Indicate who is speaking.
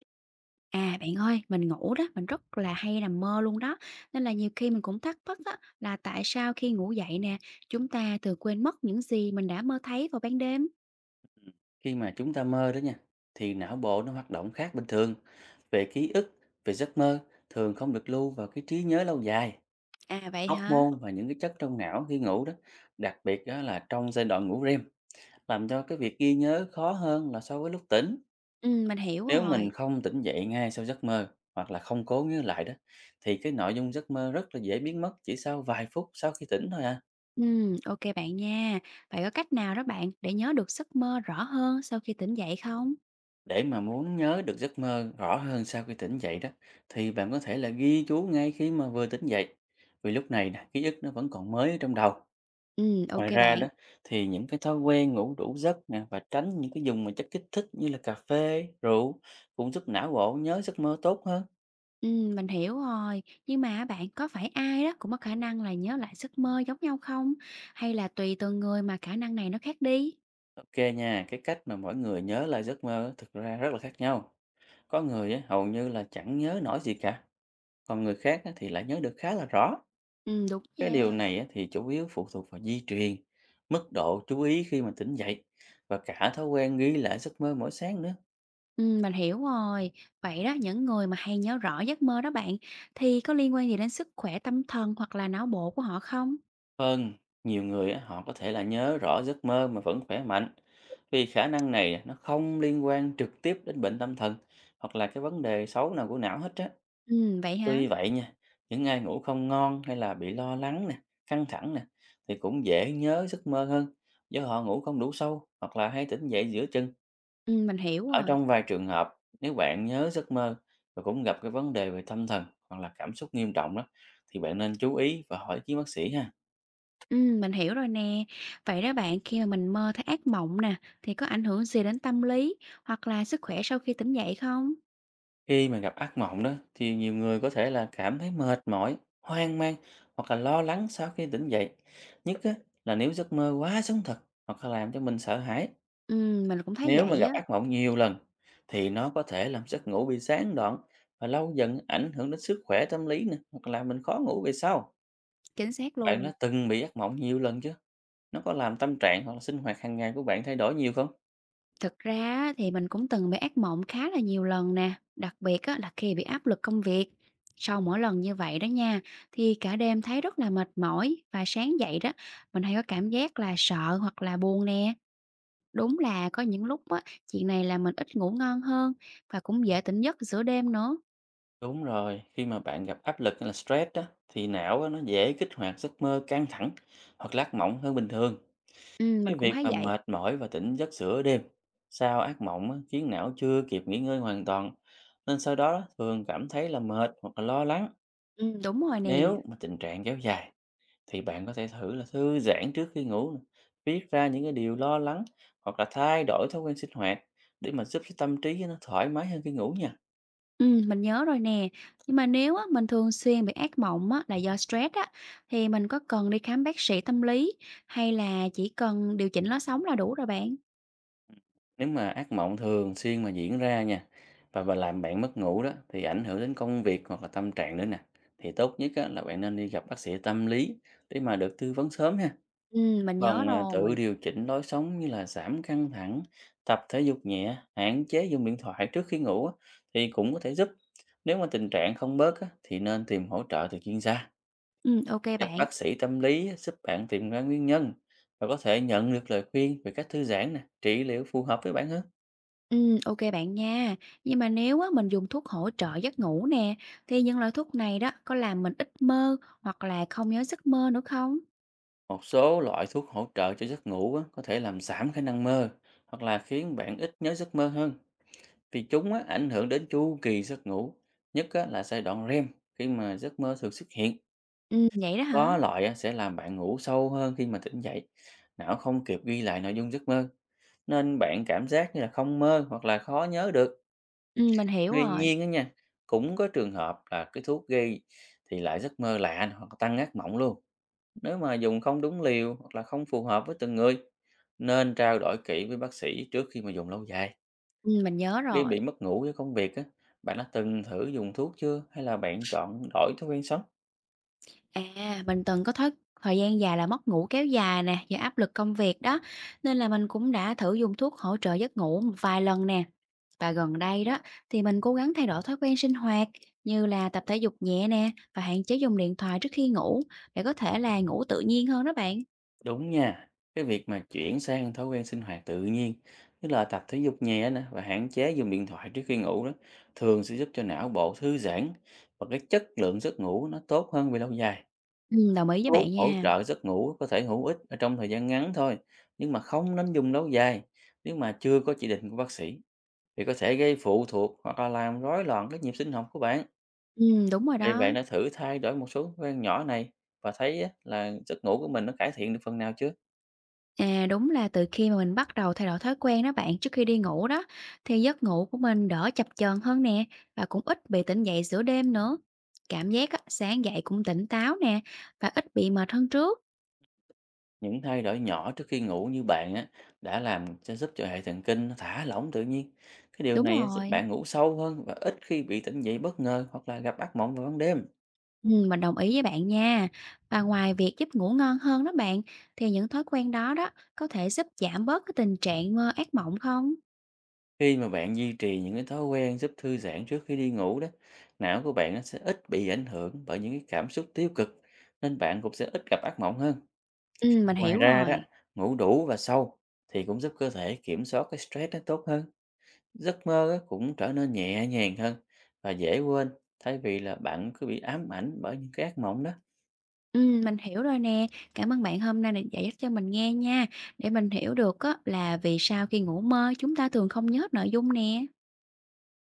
Speaker 1: À, bạn ơi, mình ngủ đó, mình rất là hay nằm mơ luôn đó. Nên là nhiều khi mình cũng thắc mắc á, là tại sao khi ngủ dậy nè, chúng ta thường quên mất những gì mình đã mơ thấy vào ban đêm?
Speaker 2: Khi mà chúng ta mơ đó nha thì não bộ nó hoạt động khác bình thường về ký ức, về giấc mơ thường không được lưu vào cái trí nhớ lâu dài.
Speaker 1: À vậy
Speaker 2: Hóc
Speaker 1: hả?
Speaker 2: môn và những cái chất trong não khi ngủ đó, đặc biệt đó là trong giai đoạn ngủ REM, làm cho cái việc ghi nhớ khó hơn là so với lúc tỉnh.
Speaker 1: Ừ, mình hiểu
Speaker 2: Nếu
Speaker 1: rồi.
Speaker 2: mình không tỉnh dậy ngay sau giấc mơ hoặc là không cố nhớ lại đó thì cái nội dung giấc mơ rất là dễ biến mất chỉ sau vài phút sau khi tỉnh thôi à.
Speaker 1: Ừ, ok bạn nha. Vậy có cách nào đó bạn để nhớ được giấc mơ rõ hơn sau khi tỉnh dậy không?
Speaker 2: Để mà muốn nhớ được giấc mơ rõ hơn sau khi tỉnh dậy đó thì bạn có thể là ghi chú ngay khi mà vừa tỉnh dậy, vì lúc này nè, ký ức nó vẫn còn mới ở trong đầu.
Speaker 1: Ừ, ok
Speaker 2: Ngoài ra
Speaker 1: bạn.
Speaker 2: đó thì những cái thói quen ngủ đủ giấc nè và tránh những cái dùng mà chất kích thích như là cà phê, rượu cũng giúp não bộ nhớ giấc mơ tốt hơn.
Speaker 1: Ừ, mình hiểu rồi. Nhưng mà bạn có phải ai đó cũng có khả năng là nhớ lại giấc mơ giống nhau không? Hay là tùy từng người mà khả năng này nó khác đi?
Speaker 2: Ok nha, cái cách mà mỗi người nhớ lại giấc mơ á, thực ra rất là khác nhau. Có người á, hầu như là chẳng nhớ nổi gì cả, còn người khác á, thì lại nhớ được khá là rõ.
Speaker 1: Ừ, đúng
Speaker 2: Cái điều
Speaker 1: nha.
Speaker 2: này á, thì chủ yếu phụ thuộc vào di truyền, mức độ chú ý khi mà tỉnh dậy và cả thói quen ghi lại giấc mơ mỗi sáng nữa.
Speaker 1: Mình hiểu rồi. Vậy đó, những người mà hay nhớ rõ giấc mơ đó bạn, thì có liên quan gì đến sức khỏe tâm thần hoặc là não bộ của họ không?
Speaker 2: Vâng, nhiều người á, họ có thể là nhớ rõ giấc mơ mà vẫn khỏe mạnh, vì khả năng này á, nó không liên quan trực tiếp đến bệnh tâm thần hoặc là cái vấn đề xấu nào của não hết á.
Speaker 1: Vậy hả?
Speaker 2: Tuy vậy nha, những ai ngủ không ngon hay là bị lo lắng nè, căng thẳng nè thì cũng dễ nhớ giấc mơ hơn, do họ ngủ không đủ sâu hoặc là hay tỉnh dậy giữa chừng.
Speaker 1: Mình hiểu
Speaker 2: Ở
Speaker 1: rồi.
Speaker 2: trong vài trường hợp, nếu bạn nhớ giấc mơ và cũng gặp cái vấn đề về tâm thần hoặc là cảm xúc nghiêm trọng đó, thì bạn nên chú ý và hỏi ý kiến bác sĩ ha.
Speaker 1: Mình hiểu rồi nè. Vậy đó bạn, khi mà mình mơ thấy ác mộng nè, thì có ảnh hưởng gì đến tâm lý hoặc là sức khỏe sau khi tỉnh dậy không?
Speaker 2: Khi mà gặp ác mộng đó, thì nhiều người có thể là cảm thấy mệt mỏi, hoang mang hoặc là lo lắng sau khi tỉnh dậy. Nhất á, là nếu giấc mơ quá sống thật hoặc là làm cho mình sợ hãi.
Speaker 1: Mình cũng thấy
Speaker 2: Nếu mà
Speaker 1: vậy
Speaker 2: gặp
Speaker 1: á,
Speaker 2: ác mộng nhiều lần, thì nó có thể làm giấc ngủ bị gián đoạn và lâu dần ảnh hưởng đến sức khỏe tâm lý nè, hoặc là mình khó ngủ về sau.
Speaker 1: chính xác
Speaker 2: Bạn
Speaker 1: luôn.
Speaker 2: đã từng bị ác mộng nhiều lần chưa? Nó có làm tâm trạng hoặc là sinh hoạt hàng ngày của bạn thay đổi nhiều không?
Speaker 1: Thực ra á, thì mình cũng từng bị ác mộng khá là nhiều lần nè, đặc biệt á, là khi bị áp lực công việc. Sau mỗi lần như vậy đó nha, thì cả đêm thấy rất là mệt mỏi và sáng dậy đó, mình hay có cảm giác là sợ hoặc là buồn nè. Đúng là có những lúc á, chuyện này là mình ít ngủ ngon hơn và cũng dễ tỉnh giấc giữa đêm nữa.
Speaker 2: Đúng rồi, khi mà bạn gặp áp lực hay là stress đó, thì não á, nó dễ kích hoạt giấc mơ căng thẳng hoặc là ác mộng hơn bình thường.
Speaker 1: Ừ, mình
Speaker 2: Cái
Speaker 1: cũng
Speaker 2: việc
Speaker 1: thấy
Speaker 2: mà
Speaker 1: vậy.
Speaker 2: mệt mỏi và tỉnh giấc giữa đêm sau ác mộng á, khiến não chưa kịp nghỉ ngơi hoàn toàn, nên sau đó thường cảm thấy là mệt hoặc là lo lắng.
Speaker 1: Ừ, đúng rồi nè.
Speaker 2: Nếu mà tình trạng kéo dài thì bạn có thể thử là thư giãn trước khi ngủ, nè, viết ra những cái điều lo lắng hoặc là thay đổi thói quen sinh hoạt để mà giúp cho tâm trí nó thoải mái hơn khi ngủ nha.
Speaker 1: Mình nhớ rồi nè. Nhưng mà nếu á, mình thường xuyên bị ác mộng á, là do stress á, thì mình có cần đi khám bác sĩ tâm lý hay là chỉ cần điều chỉnh lối sống là đủ rồi bạn?
Speaker 2: Nếu mà ác mộng thường xuyên mà diễn ra nha và bà làm bạn mất ngủ đó, thì ảnh hưởng đến công việc hoặc là tâm trạng nữa nè, thì tốt nhất á, là bạn nên đi gặp bác sĩ tâm lý để mà được tư vấn sớm ha.
Speaker 1: Mình nhớ
Speaker 2: Tự
Speaker 1: rồi.
Speaker 2: điều chỉnh lối sống như là giảm căng thẳng, tập thể dục nhẹ, hạn chế dùng điện thoại trước khi ngủ á, thì cũng có thể giúp. Nếu mà tình trạng không bớt á, thì nên tìm hỗ trợ từ chuyên gia.
Speaker 1: Ô
Speaker 2: Gặp
Speaker 1: bạn.
Speaker 2: bác sĩ tâm lý á, giúp bạn tìm ra nguyên nhân và có thể nhận được lời khuyên về cách thư giãn nè, trị liệu phù hợp với bạn hơn.
Speaker 1: Ô bạn nha. Nhưng mà nếu á, mình dùng thuốc hỗ trợ giấc ngủ nè, thì những loại thuốc này đó có làm mình ít mơ hoặc là không nhớ giấc mơ nữa không?
Speaker 2: Một số loại thuốc hỗ trợ cho giấc ngủ á, có thể làm giảm khả năng mơ hoặc là khiến bạn ít nhớ giấc mơ hơn, vì chúng á, ảnh hưởng đến chu kỳ giấc ngủ, nhất á, là giai đoạn REM, khi mà giấc mơ thường xuất hiện.
Speaker 1: Vậy đó hả?
Speaker 2: Có loại á, sẽ làm bạn ngủ sâu hơn, khi mà tỉnh dậy, não không kịp ghi lại nội dung giấc mơ nên bạn cảm giác như là không mơ hoặc là khó nhớ được.
Speaker 1: Mình hiểu
Speaker 2: Tuy
Speaker 1: rồi.
Speaker 2: nhiên á nha, cũng có trường hợp là cái thuốc gây thì lại giấc mơ lạ hoặc tăng ác mộng luôn, nếu mà dùng không đúng liều hoặc là không phù hợp với từng người, nên trao đổi kỹ với bác sĩ trước khi mà dùng lâu dài.
Speaker 1: Mình nhớ
Speaker 2: Khi
Speaker 1: rồi.
Speaker 2: bị mất ngủ với công việc á, bạn đã từng thử dùng thuốc chưa hay là bạn chọn đổi thói quen sống?
Speaker 1: À, mình từng có thói thời gian dài là mất ngủ kéo dài nè, do áp lực công việc đó, nên là mình cũng đã thử dùng thuốc hỗ trợ giấc ngủ một vài lần nè. Và gần đây đó thì mình cố gắng thay đổi thói quen sinh hoạt như là tập thể dục nhẹ nè và hạn chế dùng điện thoại trước khi ngủ để có thể là ngủ tự nhiên hơn đó bạn.
Speaker 2: Đúng nha, cái việc mà chuyển sang thói quen sinh hoạt tự nhiên như là tập thể dục nhẹ nè và hạn chế dùng điện thoại trước khi ngủ đó, thường sẽ giúp cho não bộ thư giãn và cái chất lượng giấc ngủ nó tốt hơn về lâu dài.
Speaker 1: Ừ, đồng ý với
Speaker 2: Thuốc
Speaker 1: bạn
Speaker 2: hỗ
Speaker 1: nha.
Speaker 2: trợ giấc ngủ có thể hữu ích ở trong thời gian ngắn thôi, nhưng mà không nên dùng lâu dài. Nếu mà chưa có chỉ định của bác sĩ thì có thể gây phụ thuộc hoặc là làm rối loạn cái nhịp sinh học của bạn.
Speaker 1: Ừ, đúng rồi
Speaker 2: Vậy
Speaker 1: đó.
Speaker 2: bạn đã thử thay đổi một số thói quen nhỏ này và thấy á, là giấc ngủ của mình nó cải thiện được phần nào chưa?
Speaker 1: À, đúng là từ khi mà mình bắt đầu thay đổi thói quen đó bạn, trước khi đi ngủ đó, thì giấc ngủ của mình đỡ chập chờn hơn nè, và cũng ít bị tỉnh dậy giữa đêm nữa. Cảm giác á, sáng dậy cũng tỉnh táo nè, và ít bị mệt hơn trước.
Speaker 2: Những thay đổi nhỏ trước khi ngủ như bạn á, đã làm cho giúp cho hệ thần kinh nó thả lỏng tự nhiên. Cái điều
Speaker 1: Đúng
Speaker 2: này á, giúp
Speaker 1: rồi,
Speaker 2: bạn ngủ sâu hơn và ít khi bị tỉnh dậy bất ngờ hoặc là gặp ác mộng vào ban đêm.
Speaker 1: ừ, mình đồng ý với bạn nha. Và ngoài việc giúp ngủ ngon hơn đó bạn, thì những thói quen đó đó có thể giúp giảm bớt cái tình trạng mơ ác mộng không?
Speaker 2: Khi mà bạn duy trì những cái thói quen giúp thư giãn trước khi đi ngủ đó, não của bạn nó sẽ ít bị ảnh hưởng bởi những cái cảm xúc tiêu cực, nên bạn cũng sẽ ít gặp ác mộng hơn.
Speaker 1: Ừ, mình
Speaker 2: Ngoài
Speaker 1: hiểu
Speaker 2: ra đó,
Speaker 1: rồi.
Speaker 2: ngủ đủ và sâu thì cũng giúp cơ thể kiểm soát cái stress nó tốt hơn, giấc mơ á, cũng trở nên nhẹ nhàng hơn và dễ quên, thay vì là bạn cứ bị ám ảnh bởi những cái ác mộng đó.
Speaker 1: Mình hiểu rồi nè. Cảm ơn bạn hôm nay đã giải thích cho mình nghe nha, để mình hiểu được á là vì sao khi ngủ mơ chúng ta thường không nhớ hết nội dung nè.